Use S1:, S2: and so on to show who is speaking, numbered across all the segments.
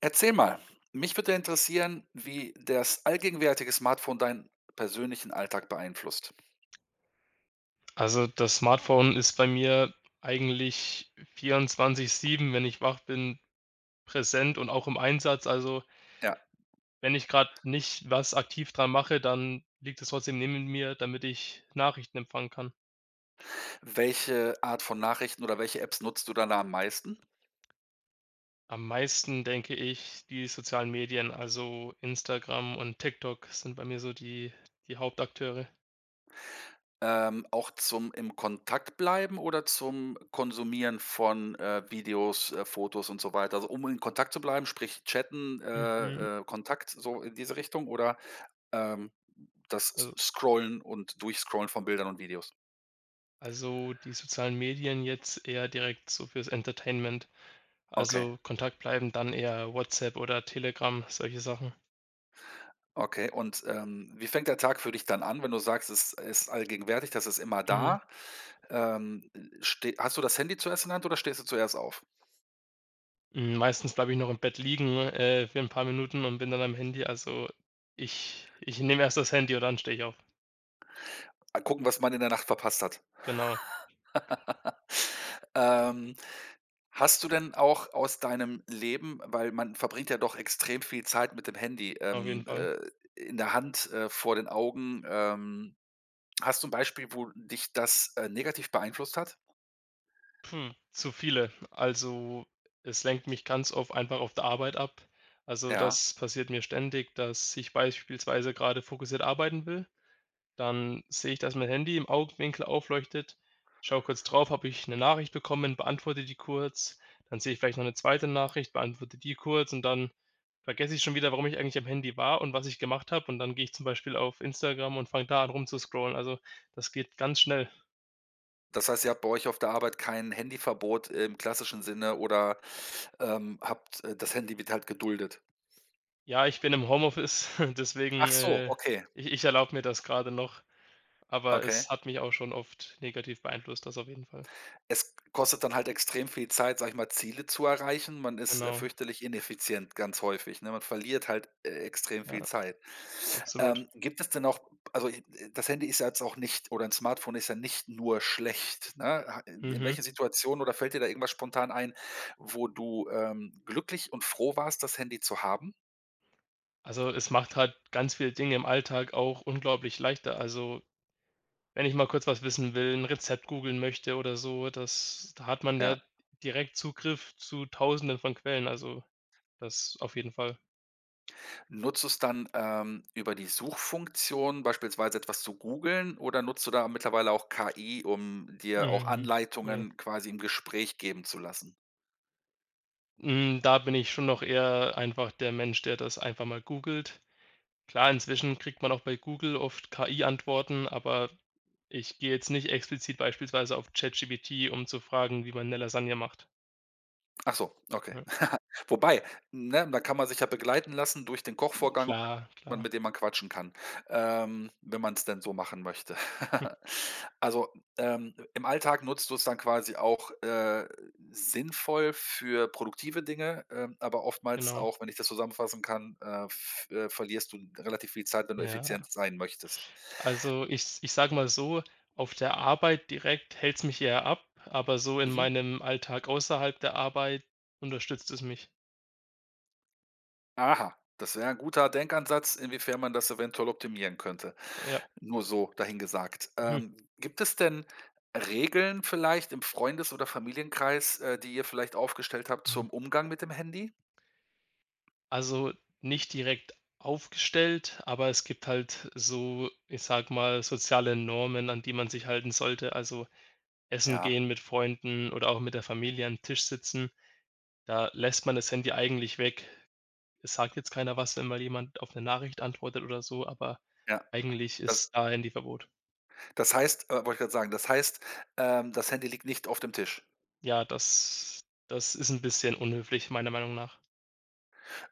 S1: Erzähl mal, mich würde interessieren, wie das allgegenwärtige Smartphone deinen persönlichen Alltag beeinflusst.
S2: Also, das Smartphone ist bei mir eigentlich 24/7, wenn ich wach bin, präsent und auch im Einsatz. Also,
S1: Ja.
S2: wenn ich gerade nicht was aktiv dran mache, dann liegt es trotzdem neben mir, damit ich Nachrichten empfangen kann.
S1: Welche Art von Nachrichten oder welche Apps nutzt du dann da am meisten?
S2: Am meisten, denke ich, die sozialen Medien, also Instagram und TikTok sind bei mir so die Hauptakteure.
S1: Auch zum im Kontakt bleiben oder zum Konsumieren von, Videos, Fotos und so weiter? Also, um in Kontakt zu bleiben, sprich chatten,
S2: Mhm.
S1: Kontakt, so in diese Richtung oder, ähm, das
S2: Also
S1: S Scrollen und Durchscrollen von Bildern und Videos?
S2: also, die sozialen Medien jetzt eher direkt so fürs Entertainment.
S1: Okay.
S2: Also, Kontakt bleiben, dann eher WhatsApp oder Telegram, solche Sachen.
S1: Okay, und wie fängt der Tag für dich dann an, wenn du sagst, es ist allgegenwärtig, das ist immer
S2: Mhm.
S1: da? Ähm, ste Hast du das Handy zuerst in der Hand oder stehst du zuerst auf?
S2: Hm, meistens bleibe ich noch im Bett liegen, für 'n paar Minuten und bin dann am Handy. Also, ich nehme erst das Handy und dann stehe ich auf.
S1: Ah, gucken, was man in der Nacht verpasst hat.
S2: Genau,
S1: Ähm, Hast du denn auch aus deinem Leben, weil man verbringt ja doch extrem viel Zeit mit dem Handy,
S2: auf jeden Fall.
S1: in der Hand, vor den Augen, hast du 'n Beispiel, wo dich das, negativ beeinflusst hat?
S2: Hm, zu viele. Also, es lenkt mich ganz oft einfach auf der Arbeit ab. Also,
S1: Ja.
S2: das passiert mir ständig, dass ich beispielsweise grade fokussiert arbeiten will. Dann sehe ich, dass mein Handy im Augenwinkel aufleuchtet, schau kurz drauf, habe ich eine Nachricht bekommen, beantworte die kurz. Dann sehe ich vielleicht noch eine zweite Nachricht, beantworte die kurz und dann vergesse ich schon wieder, warum ich eigentlich am Handy war und was ich gemacht habe, und dann gehe ich zum Beispiel auf Instagram und fange da an rumzuscrollen. Also, das geht ganz schnell.
S1: Das heißt, ihr habt bei euch auf der Arbeit kein Handyverbot im klassischen Sinne oder habt, das Handy wird halt geduldet?
S2: Ja, ich bin im Homeoffice, deswegen,
S1: Ach so, okay,
S2: ich erlaube mir das gerade noch, aber
S1: okay.
S2: es hat mich auch schon oft negativ beeinflusst, das auf jeden Fall.
S1: Es kostet dann halt extrem viel Zeit, sage ich mal, Ziele zu erreichen. Man ist,
S2: Genau,
S1: fürchterlich ineffizient ganz häufig, ne? Man verliert halt, extrem viel
S2: ja,
S1: Zeit.
S2: absolut.
S1: Gibt es denn auch, also, i das Handy ist ja jetzt auch nicht, oder ein Smartphone ist ja nicht nur schlecht, ne? Ha In
S2: Mhm.
S1: welchen Situationen oder fällt dir da irgendwas spontan ein, wo du, glücklich und froh warst, das Handy zu haben?
S2: Also, es macht halt ganz viele Dinge im Alltag auch unglaublich leichter. Also, wenn ich mal kurz was wissen will, ein Rezept googeln möchte oder so, das da hat man ja
S1: Ja.
S2: direkt Zugriff zu Tausenden von Quellen, also, das auf jeden Fall.
S1: Nutzt du es dann, über die Suchfunktion beispielsweise etwas zu googeln, oder nutzt du da mittlerweile auch KI, um dir auch
S2: Mhm, ne.
S1: Anleitungen quasi im Gespräch geben zu lassen?
S2: Hm, da bin ich schon noch eher einfach der Mensch, der das einfach mal googelt. Klar, inzwischen kriegt man auch bei Google oft KI-Antworten, aber ich gehe jetzt nicht explizit beispielsweise auf ChatGPT, um zu fragen, wie man 'ne Lasagne macht.
S1: Ach so, okay.
S2: Ja,
S1: Wobei, ne, da kann man sich ja begleiten lassen durch den Kochvorgang und hat,
S2: klar, klar.
S1: mit dem man quatschen kann, wenn man es denn so machen möchte.
S2: Hm,
S1: Also, im Alltag nutzt du es dann quasi auch, sinnvoll für produktive Dinge, aber oftmals
S2: genau.
S1: auch, wenn ich das zusammenfassen kann, f verlierst du relativ viel Zeit, wenn du effizient
S2: Ja,
S1: sein möchtest.
S2: also ich sage mal so, auf der Arbeit direkt hält es mich eher ab, aber so in
S1: Mhm.
S2: meinem Alltag außerhalb der Arbeit unterstützt es mich.
S1: Aha, das wäre ein guter Denkansatz, inwiefern man das eventuell optimieren könnte.
S2: Ja.
S1: Nur so dahingesagt.
S2: Mhm,
S1: Gibt es denn Regeln vielleicht im Freundes- oder Familienkreis, die ihr vielleicht aufgestellt habt
S2: mhm.
S1: zum Umgang mit dem Handy?
S2: Also nicht direkt aufgestellt, aber es gibt halt so, ich sag mal, soziale Normen, an die man sich halten sollte. Also, essen
S1: Ja,
S2: gehen mit Freunden oder auch mit der Familie am Tisch sitzen. Da lässt man das Handy eigentlich weg. Es sagt jetzt keiner was, wenn mal jemand auf eine Nachricht antwortet oder so, aber
S1: ja.
S2: eigentlich
S1: Das
S2: ist da Handyverbot.
S1: das heißt, wollte ich gerade sagen, das heißt, das Handy liegt nicht auf dem Tisch?
S2: Ja, das ist 'n bisschen unhöflich, meiner Meinung nach.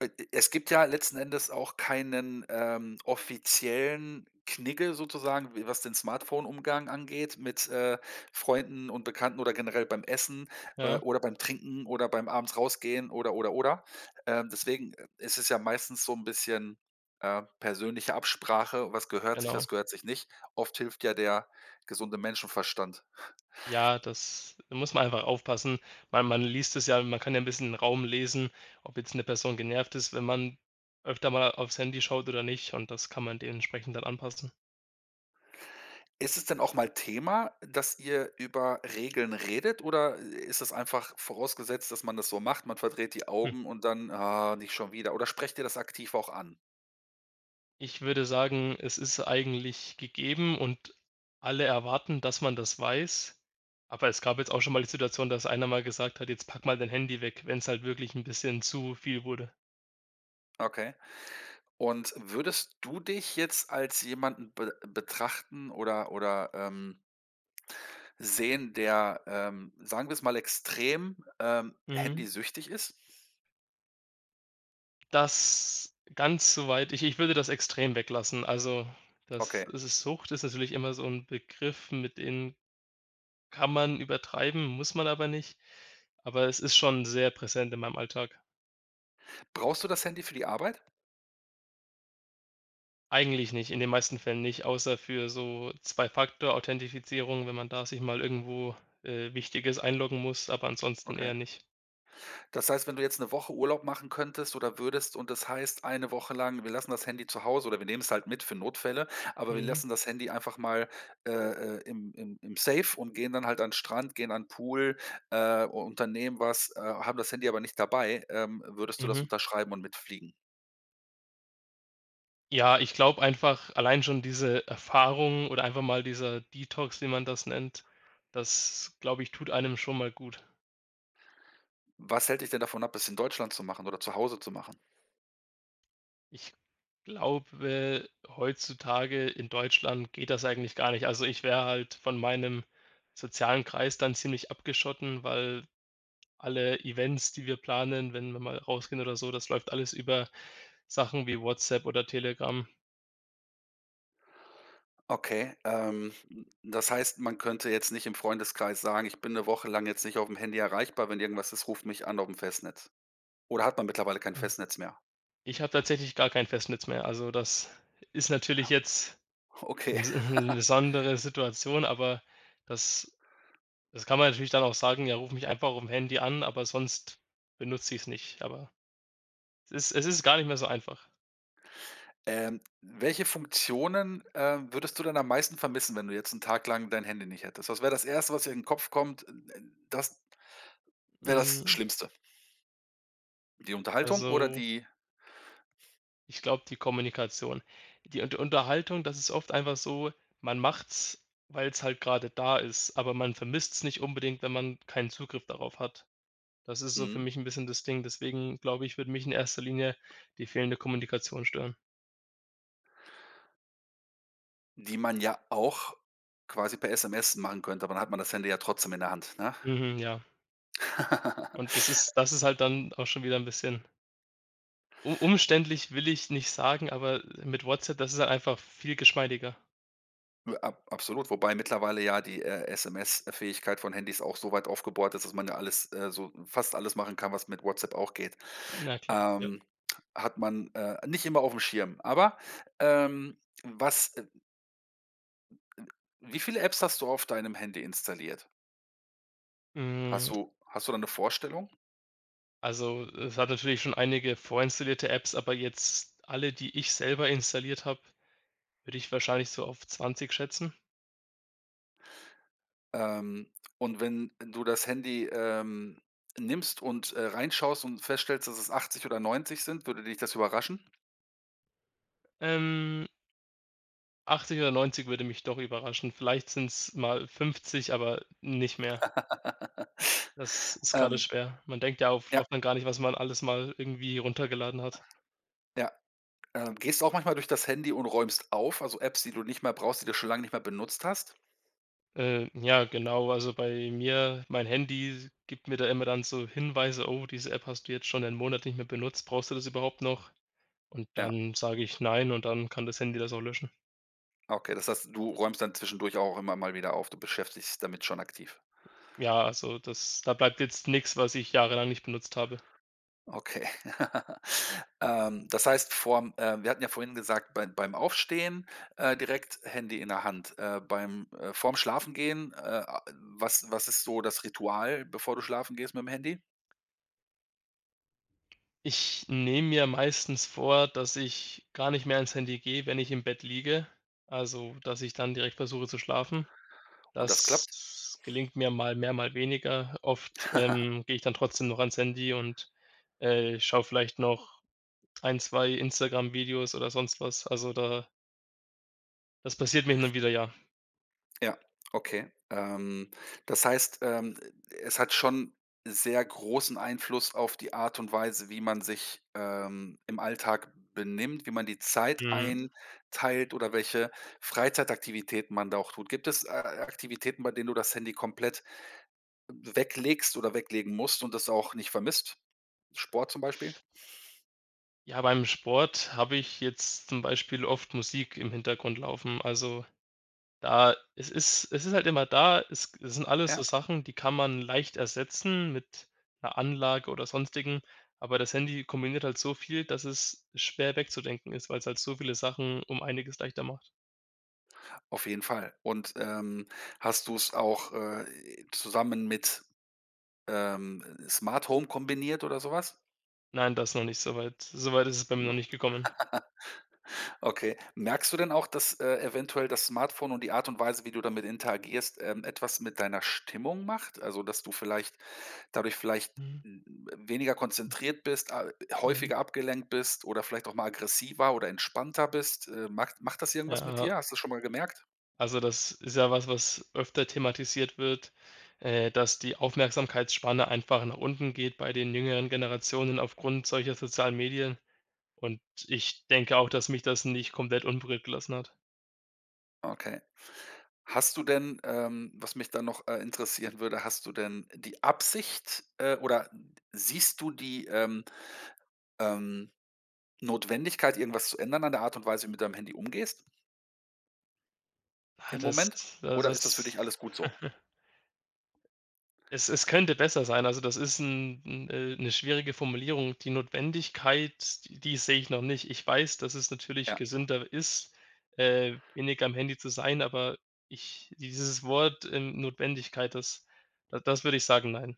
S1: Es gibt ja letzten Endes auch keinen, offiziellen Knigge sozusagen, w was den Smartphone-Umgang angeht mit, Freunden und Bekannten oder generell beim Essen,
S2: Ja,
S1: oder beim Trinken oder beim abends rausgehen oder, oder. Deswegen, ist es ja meistens so ein bisschen, persönliche Absprache, was
S2: genau.
S1: gehört sich nicht. Oft hilft ja der gesunde Menschenverstand.
S2: Ja, das da muss man einfach aufpassen. Man liest es ja, man kann ja 'n bisschen den Raum lesen, ob jetzt 'ne Person genervt ist, wenn man öfter mal aufs Handy schaut oder nicht, und das kann man dementsprechend dann anpassen.
S1: Ist es denn auch mal Thema, dass ihr über Regeln redet, oder ist es einfach vorausgesetzt, dass man das so macht, man verdreht die
S2: Hm.
S1: Augen und dann: „Ah, nicht schon wieder“, oder sprecht ihr das aktiv auch an?
S2: Ich würde sagen, es ist eigentlich gegeben und alle erwarten, dass man das weiß, aber es gab jetzt auch schon mal die Situation, dass einer mal gesagt hat: „Jetzt pack mal dein Handy weg“, wenn's halt wirklich 'n bisschen zu viel wurde.
S1: Okay. Und würdest du dich jetzt als jemanden be betrachten oder oder sehen, der, sagen wir es mal, extrem,
S2: Mhm.
S1: handysüchtig ist?
S2: Das ganz so weit ich würde das extrem weglassen. Also, das
S1: Okay.
S2: es ist Sucht ist natürlich immer so 'n Begriff, mit den kann man übertreiben, muss man aber nicht. Aber es ist schon sehr präsent in meinem Alltag.
S1: Brauchst du das Handy für die Arbeit?
S2: Eigentlich nicht, in den meisten Fällen nicht, außer für so Zwei-Faktor-Authentifizierung, wenn man da sich mal irgendwo, Wichtiges einloggen muss, aber ansonsten
S1: Okay.
S2: eher nicht.
S1: Das heißt, wenn du jetzt eine Woche Urlaub machen könntest oder würdest, und das heißt, eine Woche lang, wir lassen das Handy zu Hause oder wir nehmen es halt mit für Notfälle, aber wir
S2: Mhm,
S1: lassen das Handy einfach mal, im Safe, und gehen dann halt an 'n Strand, gehen an 'n Pool, u unternehmen was, haben das Handy aber nicht dabei, würdest du das
S2: mhm.
S1: unterschreiben und mitfliegen?
S2: Ja, ich glaube einfach, allein schon diese Erfahrung oder einfach mal dieser Detox, wie man das nennt, das, glaube ich, tut einem schon mal gut.
S1: Was hält dich denn davon ab, es in Deutschland zu machen oder zu Hause zu machen?
S2: Ich glaube, heutzutage in Deutschland geht das eigentlich gar nicht. Also, ich wäre halt von meinem sozialen Kreis dann ziemlich abgeschotten, weil alle Events, die wir planen, wenn wir mal rausgehen oder so, das läuft alles über Sachen wie WhatsApp oder Telegram.
S1: Okay, das heißt, man könnte jetzt nicht im Freundeskreis sagen: „Ich bin eine Woche lang jetzt nicht auf dem Handy erreichbar. Wenn irgendwas ist, ruft mich an auf dem Festnetz.“ Oder hat man mittlerweile kein
S2: Hm,
S1: Festnetz mehr?
S2: ich habe tatsächlich gar kein Festnetz mehr. Also, das ist natürlich jetzt 'N
S1: Okay.
S2: s 'ne besondere Situation, aber das das kann man natürlich dann auch sagen: „Ja, ruf mich einfach aufm Handy an, aber sonst benutze ich's nicht.“ Aber es ist gar nicht mehr so einfach.
S1: Welche Funktionen, würdest du denn am meisten vermissen, wenn du jetzt einen Tag lang dein Handy nicht hättest? Was wäre das Erste, was dir in den Kopf kommt? Das wäre das
S2: Hm,
S1: Schlimmste. Die Unterhaltung oder
S2: also,
S1: die,
S2: ich glaube, die Kommunikation. Die Un Unterhaltung, das ist oft einfach so, man macht's, weil's halt grade da ist, aber man vermisst's nicht unbedingt, wenn man keinen Zugriff darauf hat. Das ist so für
S1: mhm,
S2: mich 'n bisschen das Ding. Deswegen glaube ich, würde mich in erster Linie die fehlende Kommunikation stören.
S1: die man ja auch quasi per SMS machen könnte, aber dann hat man das Handy ja trotzdem in der Hand, ne?
S2: Mhm, ja. Und das ist halt dann auch schon wieder ein bisschen u umständlich will ich nicht sagen, aber mit WhatsApp, das ist halt einfach viel geschmeidiger.
S1: Ab Absolut, wobei mittlerweile ja die, SMS-Fähigkeit von Handys auch so weit aufgebohrt ist, dass man ja alles, so fast alles machen kann, was mit WhatsApp auch geht.
S2: Na klar, ja.
S1: Ähm, Hat man, nicht immer auf dem Schirm. Aber, ähm, was wie viele Apps hast du auf deinem Handy installiert?
S2: Hm,
S1: Hast du da eine Vorstellung?
S2: also, es hat natürlich schon einige vorinstallierte Apps, aber jetzt alle, die ich selber installiert habe, würde ich wahrscheinlich so auf 20 schätzen.
S1: Ähm, und wenn du das Handy, nimmst und, reinschaust und feststellst, dass es 80 oder 90 sind, würde dich das überraschen?
S2: Ähm, 80 oder 90 würde mich doch überraschen. Vielleicht sind es mal 50, aber nicht mehr. Das ist gerade
S1: Ähm,
S2: schwer. Man denkt ja auf
S1: ja,
S2: oft dann gar nicht, was man alles mal irgendwie runtergeladen hat.
S1: ja. Gehst du auch manchmal durch das Handy und räumst auf, also Apps, die du nicht mehr brauchst, die du schon lange nicht mehr benutzt hast?
S2: Ja, genau. Also, bei mir mein Handy gibt mir da immer dann so Hinweise: „Oh, diese App hast du jetzt schon einen Monat nicht mehr benutzt. Brauchst du das überhaupt noch?“ Und
S1: Ja,
S2: dann sage ich: „Nein“, und dann kann das Handy das auch löschen.
S1: okay, das heißt, du räumst dann zwischendurch auch immer mal wieder auf, du beschäftigst dich damit schon aktiv.
S2: Ja, also, das da bleibt jetzt nichts, was ich jahrelang nicht benutzt habe.
S1: Okay. Das heißt, vorm wir hatten ja vorhin gesagt, beim Aufstehen, direkt Handy in der Hand, beim vorm Schlafengehen, was ist so das Ritual, bevor du schlafen gehst mit dem Handy?
S2: Ich nehme mir meistens vor, dass ich gar nicht mehr ans Handy gehe, wenn ich im Bett liege, also, dass ich dann direkt versuche zu schlafen.
S1: Und das klappt?
S2: Das gelingt mir mal mehr, mal weniger. Oft, gehe ich dann trotzdem noch ans Handy und, schaue vielleicht noch ein, 2 Instagram-Videos oder sonst was. Also, da das passiert mir hin und wieder, ja.
S1: Ja, okay. Das heißt, es hat schon sehr großen Einfluss auf die Art und Weise, wie man sich, im Alltag benimmt, wie man die Zeit
S2: Mhm.
S1: einteilt oder welche Freizeitaktivitäten man da auch tut. Gibt es, Aktivitäten, bei denen du das Handy komplett weglegst oder weglegen musst und das auch nicht vermisst? Sport zum Beispiel?
S2: Ja, beim Sport habe ich jetzt zum Beispiel oft Musik im Hintergrund laufen. Also, da es ist halt immer da. Es sind alles so
S1: Ja,
S2: Sachen, die kann man leicht ersetzen mit 'ner Anlage oder Sonstigem, aber das Handy kombiniert halt so viel, dass es schwer wegzudenken ist, weil's halt so viele Sachen um einiges leichter macht.
S1: auf jeden Fall. Und, hast du es auch, zusammen mit, Smart Home kombiniert oder sowas?
S2: Nein, das noch nicht so weit. So weit ist es bei mir noch
S1: Noch
S2: nicht gekommen.
S1: okay. Merkst du denn auch, dass, eventuell das Smartphone und die Art und Weise, wie du damit interagierst, etwas mit deiner Stimmung macht? Also, dass du vielleicht dadurch vielleicht,
S2: Mhm,
S1: weniger konzentriert bist, a
S2: ähm,
S1: häufiger abgelenkt bist oder vielleicht auch mal aggressiver oder entspannter bist? Macht das irgendwas mit
S2: ja,
S1: dir? Hast du das schon mal gemerkt?
S2: also das ist ja was, was öfter thematisiert wird, dass die Aufmerksamkeitsspanne einfach nach unten geht bei den jüngeren Generationen aufgrund solcher sozialen Medien. Und ich denke auch, dass mich das nicht komplett unberührt gelassen hat.
S1: Okay. Hast du denn, was mich dann noch, interessieren würde, hast du denn die Absicht, oder siehst du die, ähm Notwendigkeit, irgendwas zu ändern an der Art und Weise, wie du mit deinem Handy umgehst
S2: Ah,
S1: im
S2: das
S1: Moment?
S2: da
S1: Oder ist das für
S2: das
S1: dich alles gut so?
S2: es es könnte besser sein. Also, das ist 'n 'ne schwierige Formulierung. Die Notwendigkeit, die sehe ich noch nicht. Ich weiß, dass es natürlich
S1: Ja,
S2: gesünder ist, weniger am Handy zu sein, aber ich dieses Wort, Notwendigkeit, das da das würde ich sagen, nein.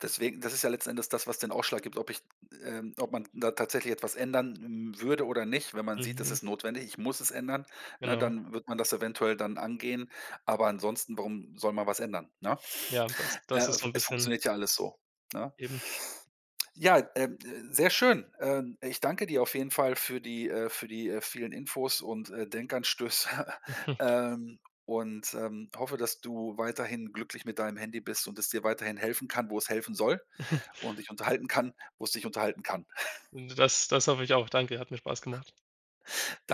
S1: deswegen, das ist ja letzten Endes das, was den Ausschlag gibt, ob man da tatsächlich etwas ändern, würde oder nicht. Wenn man sieht, es
S2: Mhm,
S1: ist notwendig, ich muss es ändern, ne,
S2: genau.
S1: dann wird man das eventuell dann angehen, aber ansonsten, warum soll man was ändern, ne?
S2: Ja, das
S1: Äh,
S2: ist so 'n
S1: Es
S2: bisschen
S1: funktioniert ja alles so, ne?
S2: eben.
S1: Ja, sehr schön. Ich danke dir auf jeden Fall für die, für die, vielen Infos und, Denkanstöße, ähm, und hoffe, dass du weiterhin glücklich mit deinem Handy bist und es dir weiterhin helfen kann, wo es helfen soll, und dich unterhalten kann, wo es dich unterhalten kann.
S2: Das hoffe ich auch. Danke, hat mir Spaß gemacht.
S1: Danke.